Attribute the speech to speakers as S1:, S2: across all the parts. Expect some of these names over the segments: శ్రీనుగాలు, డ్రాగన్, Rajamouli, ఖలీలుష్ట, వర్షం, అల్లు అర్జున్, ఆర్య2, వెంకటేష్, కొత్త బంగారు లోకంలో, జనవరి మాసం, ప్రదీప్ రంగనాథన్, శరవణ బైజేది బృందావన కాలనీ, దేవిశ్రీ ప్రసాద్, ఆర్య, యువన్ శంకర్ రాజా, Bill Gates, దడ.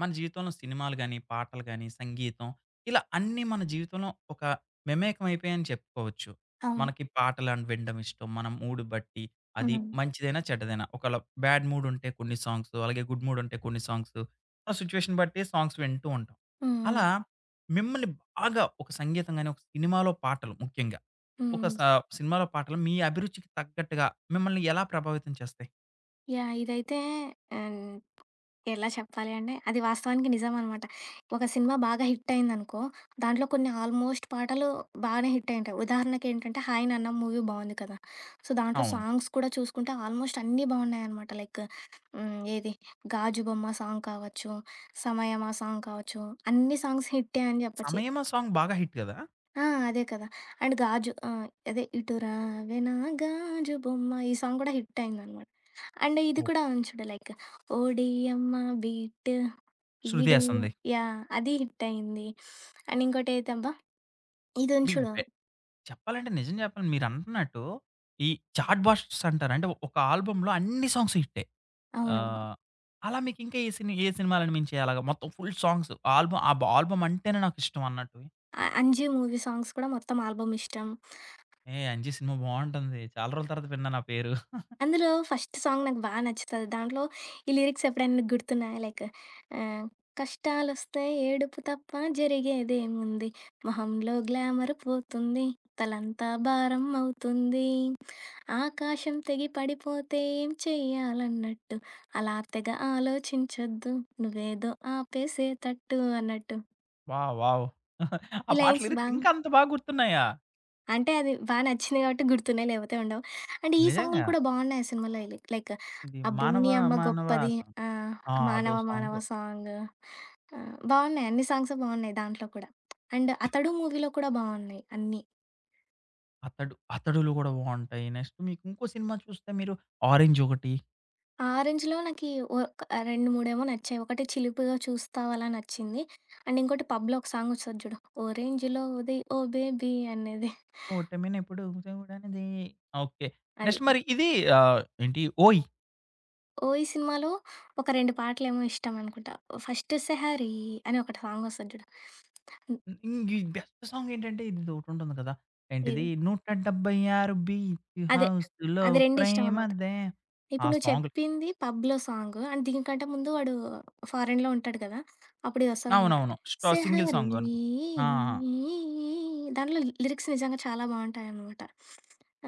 S1: మన జీవితంలో సినిమాలు గాని, పాటలు గాని, సంగీతం ఇలా అన్నీ మన జీవితంలో ఒక మెమేకం అయిపోయాయని చెప్పుకోవచ్చు.
S2: అవును.
S1: మనకి పాటలు వినడం ఇష్టం. మన మూడ్ బట్టి అది
S2: హ్మ్.
S1: మంచిదైనా, చెడ్డదైనా. ఒకవేళ బ్యాడ్ మూడ్ ఉంటే కొన్ని సాంగ్స్, అలాగే గుడ్ మూడ్ ఉంటే కొన్ని సాంగ్స్, ఆ సిట్యుయేషన్ బట్టి సాంగ్స్ వింటూ ఉంటాం.
S2: హ్మ్.
S1: అలా మిమ్మల్ని బాగా ఒక సంగీతం గాని, ఒక సినిమాలో పాటలు ముఖ్యంగా, ఒక స
S2: హ్మ్.
S1: సినిమాలో పాటలు మీ అభిరుచికి తగ్గట్టుగా మిమ్మల్ని ఎలా ప్రభావితం చేస్తాయి?
S2: యాహ్! ఇదైతే ఆహ్, ఎలా చెప్పాలి అంటే, అది వాస్తవానికి నిజమనమాట. ఒక సినిమా బాగా హిట్ అయిందనుకో, దాంట్లో కొన్ని ఆల్మోస్ట్ పాటలు బానే హిట్ అయ్యుంటాయి. ఉదాహరణకేంటంటే 'హాయ్ నాన్న' మూవీ బావుంది కదా! సో, దాంట్లో
S1: అవును.
S2: సాంగ్స్ కూడా చూసుకుంటే ఆల్మోస్ట్ అన్నీ బావున్నాయనమాట. లైక్ హ్మ్, ఏది 'గాజు బొమ్మ' సాంగ్ కావచ్చు, 'సమయమా' సాంగ్ కావచ్చు, అన్ని సాంగ్స్ హిట్టే అని చెప్పొచ్చు.
S1: సమయమా సాంగ్ బాగా హిట్ గదా!
S2: ఆ! అదే కదా! అండ్ 'గాజు' అదే 'ఇటు రావెనా గాజు బొమ్మ' ఈ సాంగ్ కూడా హిట్ అయిందనమాట. అండ్ ఇది
S1: ఓహ్!
S2: కూడా ఉంది చూడు లైక్ 'ఓడియమ్మ బీట్
S1: శృతి
S2: ఈడియ'
S1: హాసన్‌ది.
S2: యాహ్! అది హిట్ అయింది. అండ్ ఇంకోటి ఏదబ్బా! ఇది ఉంది
S1: మీకు
S2: చూడు.
S1: బె చెప్పాలంటే నిజం చెప్పాలి, మీరంటున్నట్టు ఈ చాట్ బాస్టర్స్ అంటారు. అంటే ఒక ఆల్బమ్‌లో అన్ని సాంగ్స్ హిట్టే.
S2: అవునవును.
S1: ఆహ్, అలా మీకు ఇంకా ఏ సినిమాలు మించాయి అలాగా? మొత్తం ఫుల్ సాంగ్స్ ఆల్బమ్, ఆల్బమ్ అంటేనే నాకిష్టం అన్నట్టు.
S2: 'అంజి' మూవీ సాంగ్స్ కూడా మొత్తం ఆల్బమ్ ఇష్టం.
S1: "ఏ! 'అంజి' సినిమా బావుంటుంది. చాలా రోజుల తర్వాత విన్నాను ఆ పేరు."
S2: అందులో ఫస్ట్ సాంగ్ నాకు బాగా నచ్చుతది. దాంట్లో ఈ లిరిక్స్ ఎప్పుడైనా నీకు గుర్తున్నాయా? లైక్ ఆహ్, కష్టాలొస్తే ఏడుపు తప్ప జరిగేదేముంది? మొహంలో గ్లామర్ పోతుంది. తలంతా భారం అవుతుంది. ఆకాశం తెగి పడిపోతే ఏం చెయ్యాలన్నట్టు. అలా తెగ ఆలోచించొద్దు. నువ్వేదో ఆపేసేతట్టు అన్నట్టు.
S1: వావ్! వావ్! ఆ
S2: ఈ
S1: పాట
S2: లైన్స్
S1: లిరిక్స్
S2: బాగా
S1: ఇంకా అంత బాగా గుర్తున్నాయా?
S2: అంటే అది బా నచ్చింది కాబట్టి గుర్తున్నాయి, లేపోతే ఉండవు. అండ్ ఈ సాంగులు
S1: నిజంగా.
S2: కూడా బావున్నాయి ఆ సినిమాలో లైక్
S1: ఇది
S2: ఆ
S1: 'మానవ
S2: 'భూమి అమ్మ
S1: మానవ'
S2: గొప్పది',
S1: సాంగ్.
S2: ఆహ్,
S1: ఆ! అదో
S2: 'మానవ
S1: సాంగ్.
S2: మానవ' సాంగ్, బావున్నాయి. అన్ని సాంగ్స్ బావున్నాయి దాంట్లో కూడా. అండ్ 'అతడు' మూవీలో కూడా బావున్నాయి అన్నీ.
S1: 'అతడు' 'అతడులు' కూడా బావుంటాయి. నెక్స్ట్ మీకు ఇంకో సినిమా చూస్తే మీరు 'ఆరెంజ్' ఒకటి
S2: 'ఆరెంజ్‌లో' నాకి ఒక 2, 3 ఏమో నచ్చాయి. ఒకటి 'చిలుపుగా చూస్తావలా' నచ్చింది. అండ్ ఇంకోటి పబ్‌లో ఒక సాంగ్ వస్తది చూడు. 'ఓ రేంజ్‌లో ఉదయ్ ఓ బేబీ' అనేది
S1: ఓటమినెప్పుడు చూడనిది. ఓకే.
S2: అది.
S1: నెక్స్ట్ మరి ఇది ఏంటి 'ఓయ్'?
S2: 'ఓయి' సినిమాలో ఒక 2 పాటలేమో ఇష్టమనుకుంటా. ఫస్ట్ 'సెహరీ' అని ఒకటి సాంగొస్తది జూడు. హ్మ్.
S1: ఈ బెస్ట్ సాంగ్ ఏంటంటే ఇదోటుంటుంది కదా! ఏంటిది
S2: ఏది?
S1: 176 బీచ్
S2: అదే.
S1: హౌస్‌లో
S2: అవి రెండిష్టమనమాట.
S1: ప్రేమదే ఆ
S2: ఇప్పుడు నువ్వు
S1: సాంగ్‌లు.
S2: చెప్పింది పబ్‌లో సాంగు. అండ్ దీనికంటే ముందు వాడు ఫారెన్‌లో ఉంటాడు కదా! అప్పుడు ఇదొస్తదనమాట.
S1: అవునవును. స్టో సింగిల్
S2: 'సెహరీ'
S1: సాంగ్ అనుకుంటా. ఆ! ఆ!
S2: దాంట్లో లిరిక్స్ నిజంగా చాలా బావుంటాయనమాట.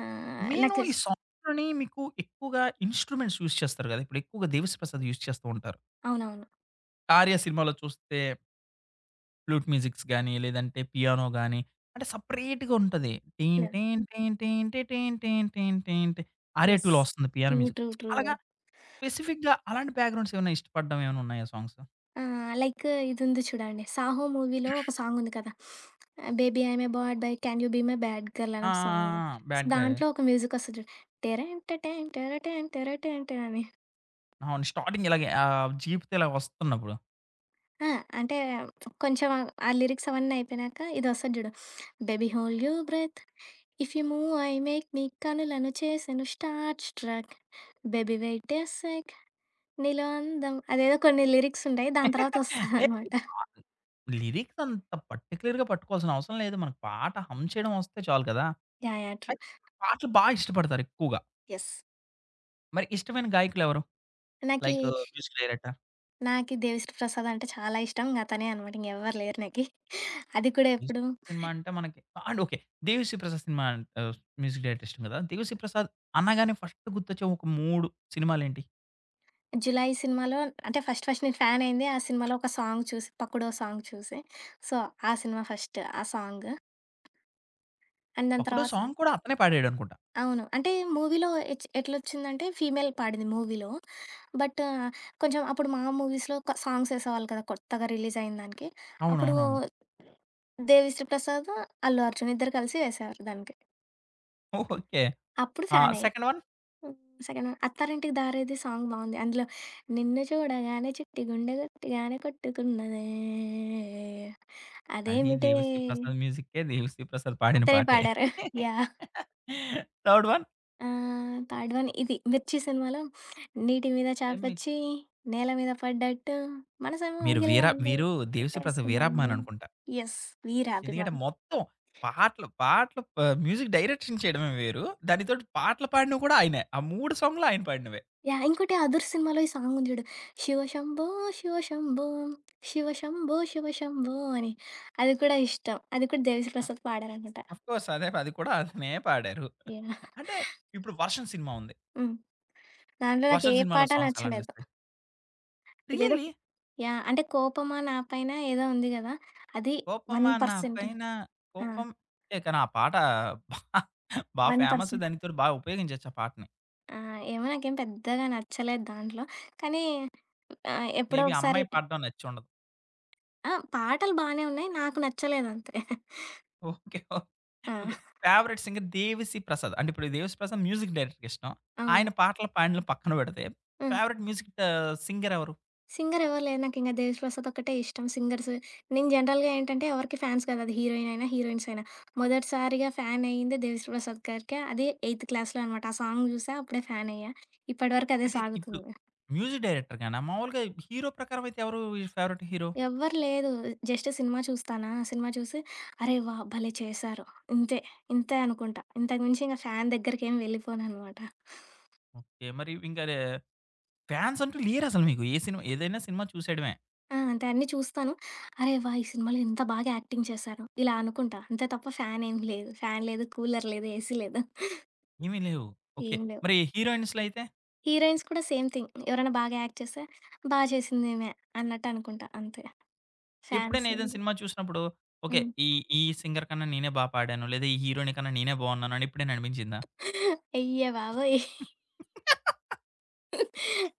S1: నేను
S2: నాకు
S1: ఈ
S2: తెలుసు.
S1: సాంగ్‌లోని మీకు ఎక్కువగా ఇన్‌స్ట్రుమెంట్స్ యూజ్ చేస్తారు గదా! ఇప్పుడు ఎక్కువగా 'దేవిశ్రీ ప్రసాద్' యూజ్ చేస్తూ ఉంటారు.
S2: అవునవును.
S1: 'ఆర్య' సినిమాలో చూస్తే ఫ్లూట్ మ్యూజిక్స్ గాని, లేదంటే పియానో గాని, అంటే సెపరేట్‌గా ఉంటది. టీన్
S2: యాహ్!
S1: టీన్ టీన్ టీన్ టీ టీన్ టీన్ టీన్ టీన్ టీ.
S2: యెస్.
S1: 'ఆర్య2' లో వస్తుంది piano
S2: true.
S1: Music.
S2: True. True.
S1: అలాగా స్పెసిఫిక్‌గా అలాంటి బ్యాక్‌గ్రౌండ్స్ ఏమైనా ఇష్టపడడం ఏమైనా ఉన్నాయా సాంగ్స్?
S2: ఆ! లైక్ ఇదుంది చూడండి. 'సాహో' మూవీలో ఒక సాంగుంది కదా! 'Baby I am a bad boy can you be my bad girl' అని
S1: ఆ! ఆ!
S2: ఒక సాంగుంది.
S1: ఆ!
S2: So,
S1: bad guy.
S2: దాంట్లో ఒక మ్యూజికొస్తది చూడు. టెరెన్ టెటెన్ టెరటెన్ టెరటెన్ టెన్ అని.
S1: అవును. స్టార్టింగ్ ఇలాగే జీప్‌తో ఇలా వస్తున్నప్పుడు.
S2: ఆ! అంటే కొంచెం ఆ లిరిక్స్ అవన్నీ అయిపోయినాక ఇదొస్తది చూడు. Baby hold your breath if you move I make నీ కనులను చేసెను start struck baby wait a sec నీలో అందం అదేదో కొన్ని లిరిక్సుంటాయి. దాని
S1: ఏయ్!
S2: తర్వాతొస్తదనమాట.
S1: లిరిక్స్ అంత పర్టిక్యులర్‌గా పట్టుకోవాల్సిన అవసరం లేదు. మనకు పాట హమ్ చేయడం వస్తే చాలు కదా!
S2: యాహ్! యాహ్! ట్రూ.
S1: అయితే పాటలు బా ఇష్టపడతారు ఎక్కువగా.
S2: యెస్.
S1: మరి ఇష్టమైన గాయకులెవరు?
S2: నాకీ
S1: లైక్ మ్యూజిక్ డైరెక్టర్?
S2: నాకి 'దేవిశ్రీ ప్రసాద్' అంటే చాలా ఇష్టం. ఇంగ అతనే అనమాట. ఇంగెవ్వరు లేరు నాకి. అది కూడా ఎప్పుడు
S1: 'యేసుప్రసాద్' సినిమా అంటే మనకి and okay. 'దేవిశ్రీ ప్రసాద్' cinema, ah, music director కదా! 'దేవిశ్రీ ప్రసాద్' అనగానే ఫస్ట్ గుర్తొచ్చే ఒక 3 సినిమాలేంటి?
S2: 'జులాయి' సినిమాలో అంటే ఫస్ట్ ఫస్ట్ నేను ఫ్యాన్ అయింది ఆ సినిమాలో ఒక సాంగ్ చూసి 'పక్కడో' సాంగ్ చూసి. సో, ఆ సినిమా ఫస్ట్ ఆ సాంగ్. అండ్ దాని
S1: ఒకటో
S2: తర్వాత అవునా?
S1: సాంగ్ కూడా అతనే పాడాడనుకుంటా.
S2: అవును. అంటే మూవీలో ఎచ్ ఎట్లొచ్చిందంటే ఫీమేల్ పాడింది మూవీలో. బట్ కొంచెం అప్పుడు మా మూవీస్‌లో క సాంగ్స్ ఏసేవాళ్ళు కదా! కొత్తగా రిలీజ్ అయిన దానికి. అప్పుడు
S1: అవునవునవును.
S2: 'దేవిశ్రీ ప్రసాద్', 'అల్లు అర్జున్' ఇద్దరు కలిసి వేశారు దానికి.
S1: ఓకే.
S2: అప్పుడు
S1: ఆ!
S2: ఫ్యాన్ అయ్యా.
S1: Second one?
S2: Hmm. Second Attarintiki Daredi song బావుంది. అందులో నిన్ను చూడగానే చిట్టి గుండె గట్టిగానే కొట్టుకున్నదే
S1: అది
S2: అదేమిటే
S1: 'దేవిశ్రీ ప్రసాద్' మ్యూజిక్కే, 'దేవిశ్రీ ప్రసాద్' పాడిన
S2: అతనే
S1: పాటే.
S2: పాడారు. Yeah!
S1: Third one?
S2: Third one ఇది 'మిర్చి' సినిమాలో నీటి మీద చాపొచ్చి నేల మీద పడ్డట్టు మనసేమో
S1: మీరు వీర
S2: గిల్లందు
S1: వీరు 'దేవిశ్రీ ప్రసాద్' వీరాభిమాని
S2: కొట్టేసుకుంటాంది.
S1: అనుకుంటా.
S2: యెస్. వీరాభిమా
S1: ఎందుకంటే మొత్తం పాటలు మ్యూజిక్ డైరెక్షన్ చేయడమే వేరు. దానితోటి పాటలు పాడినవి కూడా ఆయనే. ఆ 3 సాంగ్‌లు ఆయన పాడినవే.
S2: యాహ్! ఇంకోటి 'అదుర్స్' సినిమాలో ఈ సాంగ్ ఉంది చూడు. 'శివ శంభో శివ శంభో శివ శంభో శివ శంభో' అని. అది కూడా ఇష్టం. అది కూడా 'దేవిశ్రీప్రసాద్' పాడారనమాట.
S1: Of course. అదే, అది కూడా అతనే పాడారు.
S2: యాహ్!
S1: అంటే ఇప్పుడు 'వర్షం' సినిమా ఉంది.
S2: హ్మ్. దాంట్లో నాకు
S1: 'వర్షం'
S2: ఏ
S1: సినిమాలో
S2: పాట
S1: సాంగ్స్ ఎలా
S2: నచ్చలేదు.
S1: అనిపిస్తాయి?
S2: ఇదేదో
S1: రియల్లీ
S2: యాహ్! అంటే కోపమా నా పైన ఏదో ఉంది గదా! అది
S1: కోపమా నా
S2: 1%
S1: పైన
S2: ఆ!
S1: కోపం ఏ కానీ ఆ పాట బా బా ఫేమస్.
S2: 1%
S1: దానితోటి బాగా ఉపయోగించొచ్చు ఆ పాటని.
S2: ఆ! ఏమో నాకేం పెద్దగా నచ్చలేదు దాంట్లో. కానీ ఎప్పుడో
S1: మేబీ
S2: ఒకసారి
S1: అమ్మాయి పాడడం నచ్చుండదు.
S2: ఆ! పాటలు బానే ఉన్నాయి. నాకు నచ్చలేదంతే.
S1: ఓకే. ఓకే.
S2: ఆ!
S1: Okay. Favourite singer దేవిశ్రీ ప్రసాద్. అంటే ఇప్పుడు దేవిశ్రీ ప్రసాద్ మ్యూజిక్ డైరెక్టర్‌కి ఇష్టం.
S2: అవును.
S1: ఆయన పాటలు పాడినవి పక్కన పెడితే
S2: హ్మ్.
S1: ఫేవరెట్ మ్యూజిక్, సింగర్ ఎవరు?
S2: సింగర్ ఎవరు లేరు. నాకింక 'దేవిశ్రీప్రసాద్' ఒక్కటే ఇష్టం సింగర్స్. నేను జనరల్‌గా ఏంటంటే ఎవరికి ఫ్యాన్స్ కాదు. అది హీరోయిన్ అయినా, హీరోయిన్స్ అయినా. మొదటిసారిగా ఫ్యాన్ అయింది 'దేవిశ్రీప్రసాద్' గారికే. అది ఎయిత్ క్లాస్‌లో అనమాట. ఆ సాంగ్ చూసా అప్పుడే ఫ్యాన్ అయ్యా. ఇప్పటి వరకు అదే
S1: అంటే ఇప్పుడు
S2: సాగుతుంది.
S1: మ్యూజిక్ డైరెక్టర్ గానా? మామూలుగా హీరో ప్రకారం అయితే ఎవరు ఫేవరెట్ హీరో?
S2: ఎవ్వరు లేదు. జస్ట్ సినిమా చూస్తానా, సినిమా చూసి అరే వాహ్! భలే చేశారు. ఇంతే, ఇంతే అనుకుంటా. ఇంతకు మించి ఇంక ఫ్యాన్ దగ్గరికేమి వెళ్ళిపోననమాట.
S1: ఓకే. మరి ఇంకా రే ఫ్యాన్స్ అంటూ లేరసలు మీకు. ఏ సినిమా ఏదైనా సినిమా చూసేయడమే.
S2: ఆ! అంతే అన్నీ చూస్తాను. అరే వాహ్! ఈ సినిమాలో ఎంత బాగా యాక్టింగ్ చేశారు. ఇలా అనుకుంటా. అంతే తప్ప ఫ్యాన్ ఏమి లేదు. ఫ్యాన్ లేదు, కూలర్ లేదు, ఏసీ లేదు.
S1: ఏమీ లేవు. ఓకే.
S2: ఏం లేవు.
S1: మరి హీరోయిన్స్‌లో అయితే
S2: హీరోయిన్స్ కూడా సేమ్ థింగ్. ఎవరైనా బాగా యాక్ట్ చేస్తే, బా చేసిందీమె అన్నట్టు అనుకుంటా అంతే.
S1: ఎప్పుడైనా
S2: ఫ్యాన్స్
S1: ఏదైనా సినిమా చూసినప్పుడు ఓకే.
S2: హ్మ్.
S1: ఈ ఈ సింగర్ కన్నా నేనే బా పాడాను. లేదా ఈ హీరోయిన్ కన్నా నేనే బావున్నాను అని ఎప్పుడైనా అనిపించిందా?
S2: అయ్య బాబోయ్!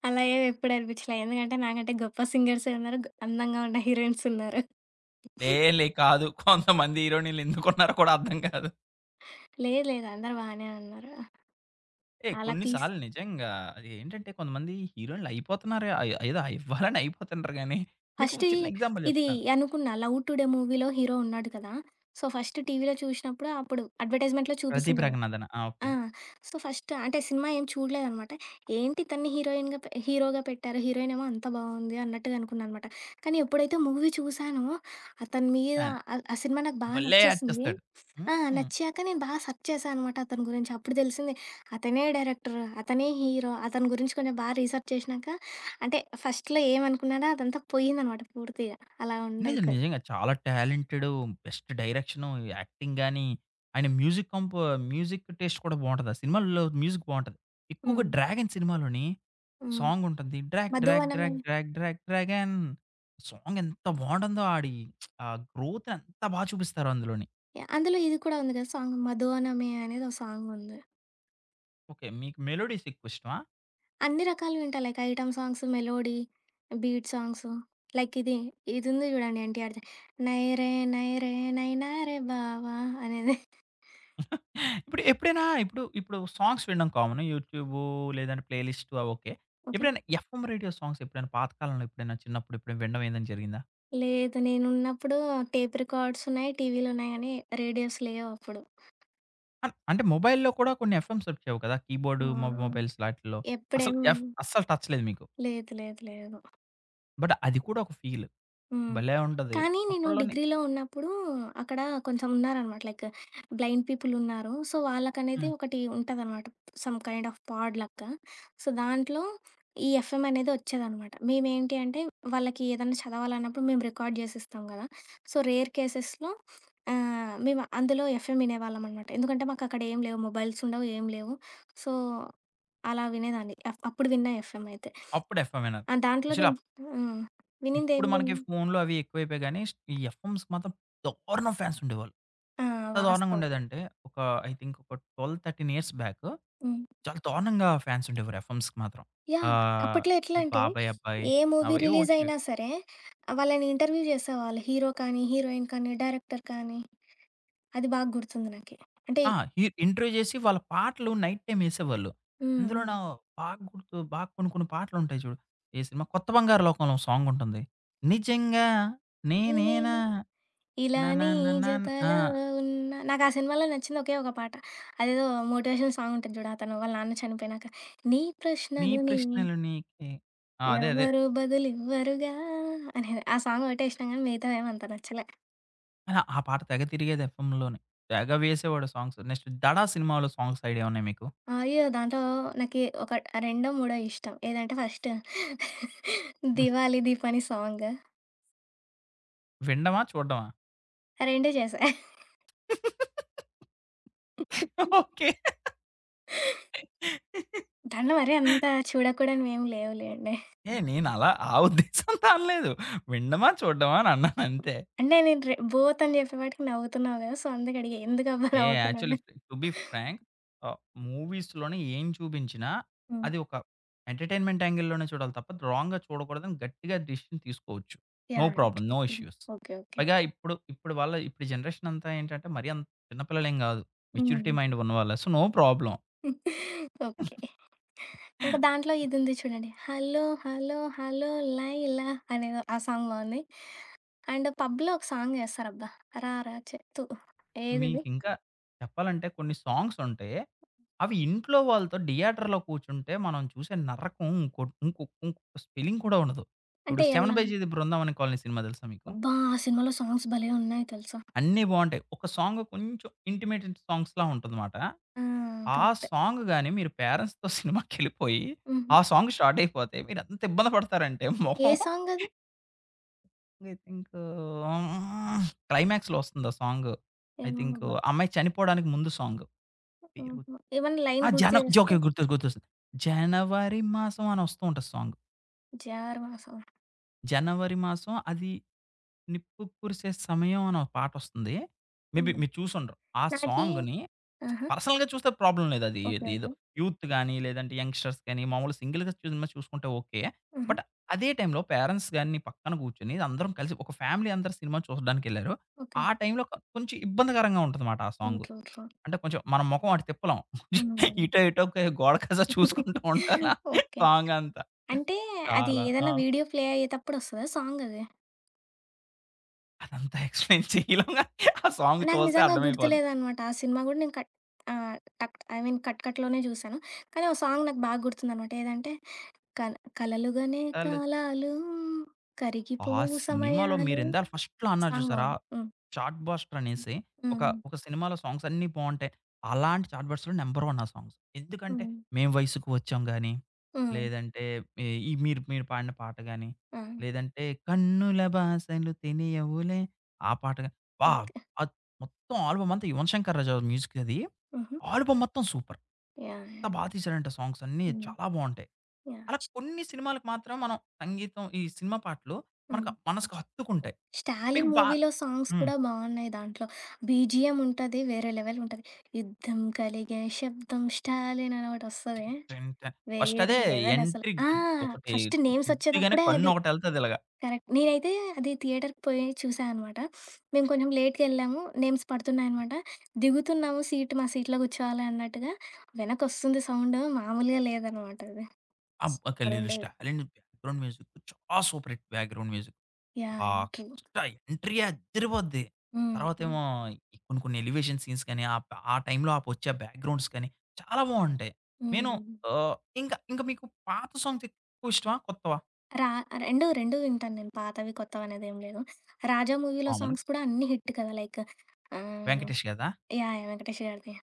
S2: అలా ఏమి ఎప్పుడు అనిపిచ్చలే. ఎందుకంటే నాకంటే గొప్ప సింగర్సే ఉన్నారు. గొ అందంగా ఉన్న హీరోయిన్స్ ఉన్నారు.
S1: లే లే కాదు. కొంతమంది హీరోయిన్‌లు ఎందుకున్నారో కూడా అర్థం కాదు.
S2: లేదు లేదు. అందరూ బానే ఉన్నారు.
S1: ఏహ్!
S2: అలా
S1: కొన్ని
S2: తీస్
S1: సార్లు నిజంగా అది ఏంటంటే కొంతమంది హీరోయిన్‌లు అయిపోతున్నారు. అయి ఏదో ఇవ్వాలని అయిపోతున్నారు గానీ, మీకు ఒక
S2: ఫస్ట్
S1: చిన్న ఎగ్జాంపుల్
S2: ఇది
S1: చెప్తాను.
S2: అనుకున్నా 'లవ్ టుడే' మూవీలో హీరో ఉన్నాడు కదా! సో, ఫస్ట్ టీవీలో చూసినప్పుడు అప్పుడు అడ్వర్టైజ్‌మెంట్‌లో చూపిస్తుంది
S1: 'ప్రదీప్
S2: కదా!
S1: రంగనాథన్.' ఆ!
S2: ఆ!
S1: ఓకే.
S2: సో, ఫస్ట్ అంటే సినిమా ఏం చూడలేదనమాట. ఏంటి ఇతన్ని హీరోయిన్‌గా పె హీరోగా పెట్టారు. హీరోయిన్ ఏమో అంత బావుంది అన్నట్టుగా అనుకున్నా అనమాట. కానీ ఎప్పుడైతే మూవీ చూసానో అతని మీద
S1: ఫ్యాన్.
S2: ఆ సినిమా నాకు బాగా
S1: భలే యాక్ట్
S2: నచ్చేసింది.
S1: చేస్తాడు.
S2: ఆ!
S1: హ్మ్.
S2: నచ్చాక నేను బాగా సెర్చ్ చేశా అనమాట అతని గురించి. అప్పుడు తెలిసింది అతనే డైరెక్టర్, అతనే హీరో. అతని గురించి కొంచెం బాగా రీసెర్చ్ చేసినాక అంటే ఫస్ట్‌లో ఏమనుకున్నానో అదంతా పోయిందనమాట పూర్తిగా. అలా ఉండే
S1: నిజం.
S2: ఇక
S1: నిజంగా చాలా టాలెంటెడు. బెస్ట్ డైరెక్షను, యాక్టింగ్ గాని, ఆయన మ్యూజిక్ టేస్ట్ కూడా బావుంటది. ఆ సినిమాల్లో మ్యూజిక్ బావుంటది. ఎక్కువగా
S2: హ్మ్.
S1: 'డ్రాగన్' సినిమాలోని
S2: హ్మ్.
S1: సాంగుంటుంది. డ్రాగ్ డ్రాగ్
S2: 'మధువనమే'
S1: drag drag drag డ్రాగన్ song ఎంత బావుంటుందో! ఆడి ఆ గ్రోత్ ఎంత బా చూపిస్తారో అందులోని.
S2: అందులో ఇది కూడా ఉంది కదా సాంగ్ 'మధువనమే' అనేది ఒక సాంగ్ ఉంది.
S1: ఓకే. మీకు మెలోడీస్ ఎక్కువ ఇష్టమా?
S2: అన్ని రకాలు వింటా. Like item songs, melody, beat songs like ఇది, ఇది ఉంది చూడండి ఎన్టీఆర్‌ది. 'నైరే నైరే నైనా రే బావా' అనేది.
S1: ఇప్పుడు ఎప్పుడైనా ఇప్పుడు ఇప్పుడు సాంగ్స్ వినడం కామన్. యూట్యూబు లేదంటే ప్లేలిస్టు అవి ఓకే.
S2: ఓకే.
S1: ఎప్పుడైనా ఎఫ్ఎం రేడియో సాంగ్స్ ఎప్పుడైనా పాత కాలంలో ఎప్పుడైనా చిన్నప్పుడు ఎప్పుడైనా వినడం ఏదైనా జరిగిందా?
S2: లేదు నేనున్నప్పుడు టేప్ రికార్డ్స్ ఉన్నాయి, టీవీలున్నాయి గానీ రేడియోస్ లేవు అప్పుడు.
S1: అంటే మొబైల్‌లో కూడా కొన్ని ఎఫ్ఎమ్స్ వచ్చేవి కదా! కీబోర్డ్
S2: ఆ!
S1: మొబైల్స్ లాటిల్లో. అసలు
S2: ఎప్పుడేం
S1: ఎఫ్ అస్సలు టచ్ లేదు మీకు.
S2: లేదు. లేదు. లేదు.
S1: బట్ అది కూడా ఒక ఫీల్.
S2: హ్మ్.
S1: భలే ఉంటది.
S2: కానీ నేను
S1: అప్పట్లోనే
S2: డిగ్రీలో ఉన్నప్పుడు అక్కడ కొంచెం ఉన్నారనమాట. లైక్ బ్లైండ్ పీపుల్ ఉన్నారు. సో, వాళ్ళకనేది
S1: హ్మ్.
S2: ఒకటి ఉంటదనమాట. సమ్ కైండ్ ఆఫ్ పాడ్ లెక్క. సో, దాంట్లో ఈ ఎఫ్ఎం అనేది వచ్చేదనమాట. మేమేంటి అంటే వాళ్ళకి ఏదన్నా చదవాలన్నప్పుడు మేము రికార్డ్ జేసిస్తాం గదా! సో, రేర్ కేసెస్‌లో మేము అందులో ఎఫ్ఎం వినేవాళ్ళమనమాట. ఎందుకంటే మాకక్కడ ఏం లేవు. మొబైల్స్ ఉండవు. ఏం లేవు. సో, అలా వినేదాన్ని. అప్పుడు విన్నా ఎఫ్ఎం అయితే.
S1: అప్పుడు ఎఫ్ఎమ్ వినాలి.
S2: ఆ! దాంట్లో
S1: యాక్చువల్లీ
S2: నేను
S1: అప్.
S2: హ్మ్. వినిందేం
S1: ఇప్పుడు
S2: విన్
S1: మనకి ఫోన్‌లు అవి ఎక్కువైపోయాయి గానీ, ఈ ఎఫ్ఎమ్స్‌కి మాత్రం దారుణం ఫ్యాన్స్ ఉండేవాళ్ళు.
S2: ఆ!
S1: ఎంత దారుణంగా
S2: వాస్తవం.
S1: ఉండేదంటే, ఒక ఐ థింక్ ఒక 12, 13 ఇయర్స్ బ్యాక్
S2: హ్మ్.
S1: చాలా దారుణంగా ఫ్యాన్స్ ఉండేవారు ఎఫ్ఎమ్స్‌కి మాత్రం.
S2: యాహ్!
S1: ఆహ్,
S2: అప్పట్లో
S1: ఇది
S2: ఎట్లంటే,
S1: 'బాబాయ్ అబ్బాయి'
S2: ఏ మూవీ
S1: అవేవో
S2: రిలీజ్
S1: వచ్చేవి.
S2: అయినా సరే, వాళ్ళని ఇంటర్వ్యూ చేసేవాళ్ళు. హీరో కానీ, హీరోయిన్ కానీ, డైరెక్టర్ కానీ. అది బాగా గుర్తుంది నాకి. అంటే
S1: ఆ! ఇంట్రో చేసి వాళ్ళ పాటలు నైట్ టైమ్ ఎసేవాళ్ళు.
S2: హ్మ్.
S1: అందులో
S2: హ్మ్.
S1: నా బాగా గుర్తు బాగా కొన్ని కొన్ని పాటలుంటాయి చూడు. ఏ సినిమా 'కొత్త బంగారు లోకంలో' ఒక సాంగుంటుంది. నిజంగా నేనేనా
S2: నేనేను ఇలా నీ
S1: ననననన్ ఆ!
S2: జతలో ఉన్నా నాకు ఆ సినిమాలో నచ్చింది ఒకే ఒక పాట. అదేదో మోటివేషనల్ సాంగ్ ఉంటది చూడు. అతను వాళ్ళ నాన్న చనిపోయినాక, నీ
S1: నీ
S2: ప్రశ్నలు నీవి
S1: ప్రశ్నలు నీకే, ఆ! అదే అదే.
S2: ఎవ్వరు బదులివ్వరుగా అనేది. ఆ సాంగ్ ఒకటేసినా గానీ మిగతావేం అంత నచ్చలే.
S1: ఆ! ఆ పాట తెగ తిరిగేది ఎఫ్ఎంలోని. తెగ వేసేవాడు సాంగ్స్. నెక్స్ట్ 'దడ' సినిమాలో సాంగ్స్ ఐడియా ఉన్నాయా మీకు?
S2: అయ్యో! దాంట్లో నాకి ఒక రెండో, మూడో ఇష్టం. ఏదంటే first
S1: hmm.
S2: 'Diwali Deepani' song.
S1: వినడమా? చూడడమా?
S2: ఆ 2 చేశా.
S1: ఓకే.
S2: దాంట్లో మరీ అంత చూడకూడనివేం లేవులేండి.
S1: ఏ నేనలా ఆ ఉద్దేశంతో అనలేదు. వినడమా? చూడడమా? అని అన్నాను అంతే.
S2: అంటే నేను రె బోత్ అని చెప్పేపాటికి నవ్వుతున్నావు కదా! సో, అందుకే అడిగా. ఎందుకబ్బా
S1: ఏ యాక్చువల్లీ,
S2: నవ్వుతున్నావని.
S1: టు బి ఫ్రాంక్, ఆహ్, మూవీస్‌లోనే ఏం చూపించినా
S2: హ్మ్.
S1: అది ఒక ఎంటర్‌టైన్‌మెంట్ యాంగిల్‌లోనే చూడాలి తప్ప రాంగ్‌గా చూడకూడదని గట్టిగా డెసిషన్ తీసుకోవచ్చు. No
S2: yeah! Yeah!
S1: Problem. No issues.
S2: Okay. Okay.
S1: పైగా ఇప్పుడు ఇప్పుడు వాళ్ళ ఇప్పుడు జనరేషన్ అంతా ఏంటంటే మరీ అంత చిన్న పిల్లలేం కాదు. Maturity
S2: hmm.
S1: మైండ్ ఉన్నవాళ్ళే. So, no problem.
S2: ఓకే. ఇంకా దాంట్లో ఇదుంది చూడండి. 'హలో హలో హలో లైలా' అనేదో ఆ సాంగ్ బావుంది. అండ్ పబ్‌లో ఒక సాంగ్ చేస్తారబ్బా! 'రారా చె తు' ఏదది?
S1: మీకింకా చెప్పాలంటే కొన్ని సాంగ్స్ ఉంటాయి. అవి ఇంట్లో వాళ్ళతో థియేటర్‌లో కూర్చుంటే మనం చూసే నరకం ఇంకో ఇంకొ ఇంకొక స్పెల్లింగ్ కూడా ఉండదు. ఇప్పుడు
S2: అంటే
S1: 'శరవణ
S2: ఎలా?
S1: బైజేది బృందావన కాలనీ' సినిమా తెలుసా మీకు?
S2: అబ్బా! ఆ సినిమాలో సాంగ్స్ భలే ఉన్నాయి తెలుసా!
S1: అన్నీ బావుంటాయి. ఒక సాంగ్ కొంచెం ఇంటిమేట్ సాంగ్స్‌లా ఉంటుందమాట.
S2: ఆ!
S1: ఆ
S2: కరెక్టే.
S1: సాంగ్ గాని మీరు పేరెంట్స్‌తో సినిమాకెళ్ళిపోయి
S2: హుహు.
S1: ఆ సాంగ్ స్టార్ట్ అయిపోతే మీరెంత ఇబ్బంది పడతారంటే
S2: ఏ
S1: మొహం!
S2: సాంగ్ అది?
S1: ఐ థింక్ క్లైమాక్స్‌లో వస్తుంది ఆ సాంగ్. ఐ
S2: ఏమో
S1: థింక్
S2: అబ్బా!
S1: ఆ అమ్మాయి చనిపోవడానికి ముందు సాంగ్. పేరు
S2: హుహు. ఏమన్నా లైన్
S1: ఆ!
S2: గుర్తు చేస్తే
S1: ఓకే. గుర్తొస్తుంది. 'జనవరి మాసం' అని వస్తూ ఉంటది సాంగ్.
S2: 'జారువాసం'
S1: 'జనవరి మాసం అది నిప్పు కురిసే సమయం' అని ఒక పాటొస్తుంది. మేబీ
S2: హ్మ్.
S1: మీరు చూసుండరు. ఆ
S2: నాకీ
S1: సాంగ్‌ని
S2: ఆహా!
S1: పర్సనల్‌గా చూస్తే ప్రాబ్లమ్ లేదు.
S2: ఓకే.
S1: ఏదో
S2: ఓకే.
S1: యూత్ గాని, లేదంటే యంగ్‌స్టర్స్ గాని, మామూలుగా సింగిల్‌గా సినిమా చూసుకుంటే ఓకే.
S2: హుహు.
S1: బట్ అదే టైంలో పేరెంట్స్ గాని పక్కన కూర్చొని అందరం కలిసి ఒక ఫ్యామిలీ అందరూ సినిమా చూడడానికెళ్లారు.
S2: ఓకే.
S1: ఆ టైంలో కొంచెం ఇబ్బందికరంగా ఉంటదన్నమాట ఆ సాంగు.
S2: ఇంట్లో ఇంట్లో.
S1: అంటే కొంచెం మన మొఖం అటు తిప్పలేం.
S2: హ్మ్.
S1: ఇటో ఇటో కే గోడ కాస్త చూసుకుంటూ ఉండాలా
S2: ఓకే.
S1: సాంగ్ అంతా.
S2: అంటే అది
S1: చాలా ఆ!
S2: ఏదైనా వీడియో ప్లే అయ్యేతప్పుడు వస్తదా సాంగ్ అది?
S1: అదంతా ఎక్స్‌ప్లెయిన్ చేయలేం గాని ఆ సాంగ్
S2: నాకు
S1: చూస్తే
S2: నిజంగా
S1: అర్థమైపోద్ది.
S2: గుర్తులేదనమాట. ఆ సినిమా గూడా నేను కట్ ఆహ్, టక్ ఐ మీన్ కట్‌లోనే చూసాను. కానీ, ఒక సాంగ్ నాకు బాగా గుర్తుందనమాట. ఏదంటే కల కలలుగనే కాలాలు
S1: ఆ!
S2: కరిగిపోవు
S1: సినిమాలో
S2: సమయాలు
S1: మీరిందాక ఫస్ట్‌లో అన్నారు
S2: సాంగ్
S1: చూసారా?
S2: బాగుంది. హ్మ్.
S1: చార్ట్ బస్టర్ అనేసి ఒక,
S2: హ్మ్.
S1: ఒక సినిమాలో సాంగ్స్ అన్నీ బావుంటాయి. అలాంటి చార్ట్ బస్టర్‌లో నంబర్ 1 ఆ సాంగ్స్. ఎందుకంటే
S2: హ్మ్.
S1: మేము వయసుకు వచ్చాం గాని,
S2: హ్మ్.
S1: లేదంటే ఈ ఈ మీరు మీరు పాడిన పాట గాని,
S2: ఆ!
S1: లేదంటే కన్నుల బాసలు తెలియవులే, ఆ పాట గాని, అబ్బా!
S2: ఓకే.
S1: అద్ మొత్తం ఆల్బమ్ అంతా యువన్ శంకర్ రాజా మ్యూజిక్ అది.
S2: హుహు.
S1: ఆల్బమ్ మొత్తం సూపర్.
S2: యాహ్!
S1: ఎంత బా
S2: యాహ్!
S1: తీశారంటే సాంగ్స్ అన్నీ
S2: హ్మ్.
S1: చాలా బావుంటాయి.
S2: యాహ్!
S1: అలా కొన్ని సినిమాలకు మాత్రం మనం సంగీతం ఈ సినిమా పాటలు మనకు
S2: హ్మ్.
S1: మనసుకు హత్తుకుంటాయి. మీకు
S2: 'స్టాలిన్'
S1: బా
S2: మూవీలో సాంగ్స్
S1: హ్మ్.
S2: కూడా బాగున్నాయి దాంట్లో. బీజీఎం ఉంటది. వేరే లెవెల్ ఉంటది. యుద్ధం కలిగే శబ్దం 'స్టాలిన్' అని ఒకటొస్తది.
S1: ఫస్ట్
S2: వేరే
S1: అదే
S2: లెవెల్ అసలు.
S1: ఎంట్రీ
S2: ఆ!
S1: గుద్ ఒకటి
S2: ఫస్ట్ నేమ్స్
S1: గుద్దిగానే
S2: వచ్చేటప్పుడే అది.
S1: కన్నొకటెళ్తది ఇలాగ.
S2: కరెక్ట్. నేనైతే అది థియేటర్‌కి పోయి చూసా అనమాట. మేము కొంచెం లేట్‌గెళ్ళాము. నేమ్స్ పడుతున్నాయనమాట. దిగుతున్నాము సీట్ మా సీట్‌లో కూర్చోవాలి అన్నట్టుగా వెనకొస్తుంది సౌండ్ మామూలుగా లేదనమాట అది.
S1: అబ్బా! 'ఖలీలుష్ట'
S2: సూపరుండేది.
S1: అలాంటి బ్యాక్‌గ్రౌండ్ మ్యూజిక్ చాలా super hit background music.
S2: Yeah!
S1: Ah,
S2: true.
S1: First ఆ ఎంట్రీయే అదిరిపోద్ది.
S2: హ్మ్. హ్మ్.
S1: తర్వాతేమో ఈ కొన్ని కొన్ని ఎలివేషన్ సీన్స్ కానీ, ఆ టైంలో ఆపొచ్చే బ్యాక్‌గ్రౌండ్స్ కానీ చాలా బావుంటాయి. నేను
S2: హ్మ్.
S1: ఆహ్, ఇంకా ఇంకా మీకు పాత సాంగ్స్ ఎక్కువ ఇష్టమా? కొత్తవా?
S2: రా 2, 2 వింటాను నేను. పాతవి, కొత్తవనేదేం లేదు. 'రాజా' మూవీలో
S1: కామన్
S2: సాంగ్స్ కూడా అన్నీ హిట్ కదా! లైక్ ఆహ్,
S1: 'వెంకటేష్' గదా!
S2: యాహ్! యాహ్! వెంకటేష్ గారిది.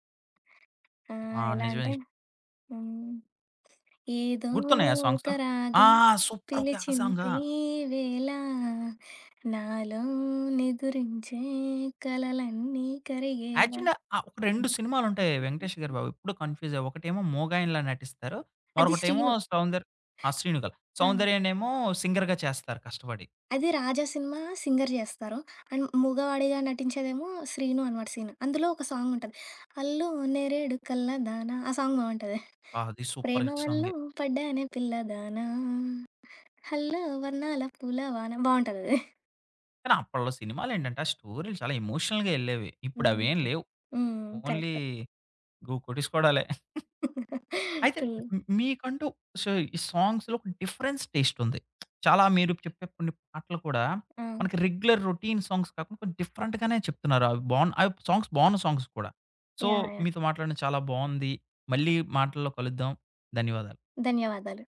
S1: ఆ!
S2: ఎలా
S1: నిజమే.
S2: అంటే హ్మ్. ఏదో
S1: గుర్తున్నాయా సాంగ్స్?
S2: ఒక
S1: ఆ!
S2: రాగం
S1: సూపర్ ఓకే. ఆ సాంగా?
S2: పిలిచిందే వేళ నాలో నిదురించే కలలన్నీ కరిగేలా
S1: యాక్చువల్‌గా ఒక 2 సినిమాలుంటాయి వెంకటేష్ గారి బాబు. ఎప్పుడు కన్‌ఫ్యూజే. ఒకటేమో 'మూగాయన'లా నటిస్తారు.
S2: అది
S1: మరొకటేమో
S2: శ్రీను.
S1: సౌందర్ ఆ! 'శ్రీనుగాలు.'
S2: ఆ!
S1: 'సౌందర్యనేమో' సింగర్‌గా చేస్తారు కష్టపడి.
S2: అది 'రాజా' సినిమా సింగర్ చేస్తారు. అండ్ మగవాడిగా నటించేదేమో శ్రీను అనమాట సీను. అందులో ఒక సాంగ్ ఉంటది. 'అల్లు నేరేడు కల్లదానా' ఆ సాంగ్ బావుంటది.
S1: ఆ! అది సూపర్
S2: 'ప్రేమ
S1: హిట్
S2: వల్లో
S1: సాంగే.
S2: పడ్డానే పిల్లదానా హల్లో వర్ణాల పూలవాన' బావుంటదది.
S1: కానీ అప్పట్లో సినిమాలేంటంటే, ఆ స్టోరీలు చాలా ఎమోషనల్‌గా యెళ్ళేవి. ఇప్పుడవేం
S2: హ్మ్.
S1: లేవు.
S2: హ్మ్.
S1: Only
S2: correct.
S1: గు కొట్టేసుకోవడాలే. అయితే
S2: తుల్
S1: మ్ మీకంటూ సో, ఈ సాంగ్స్‌లో ఒక డిఫరెన్స్ టేస్ట్ ఉంది. చాలా మీరు చెప్పే కొన్ని పాటలు కూడా
S2: ఆ!
S1: మనకి రెగ్యులర్ రొటీన్ సాంగ్స్ కాకుండా కొంచెం డిఫరెంట్‌గానే చెప్తున్నారు. అవి సాంగ్స్ బావున్న సాంగ్స్ కూడా. So,
S2: yeah! యాహ్!
S1: మీతో మాట్లాడడం చాలా బావుంది. మళ్ళీ మాటల్లో కలుద్దాం. ధన్యవాదాలు.
S2: ధన్యవాదాలు.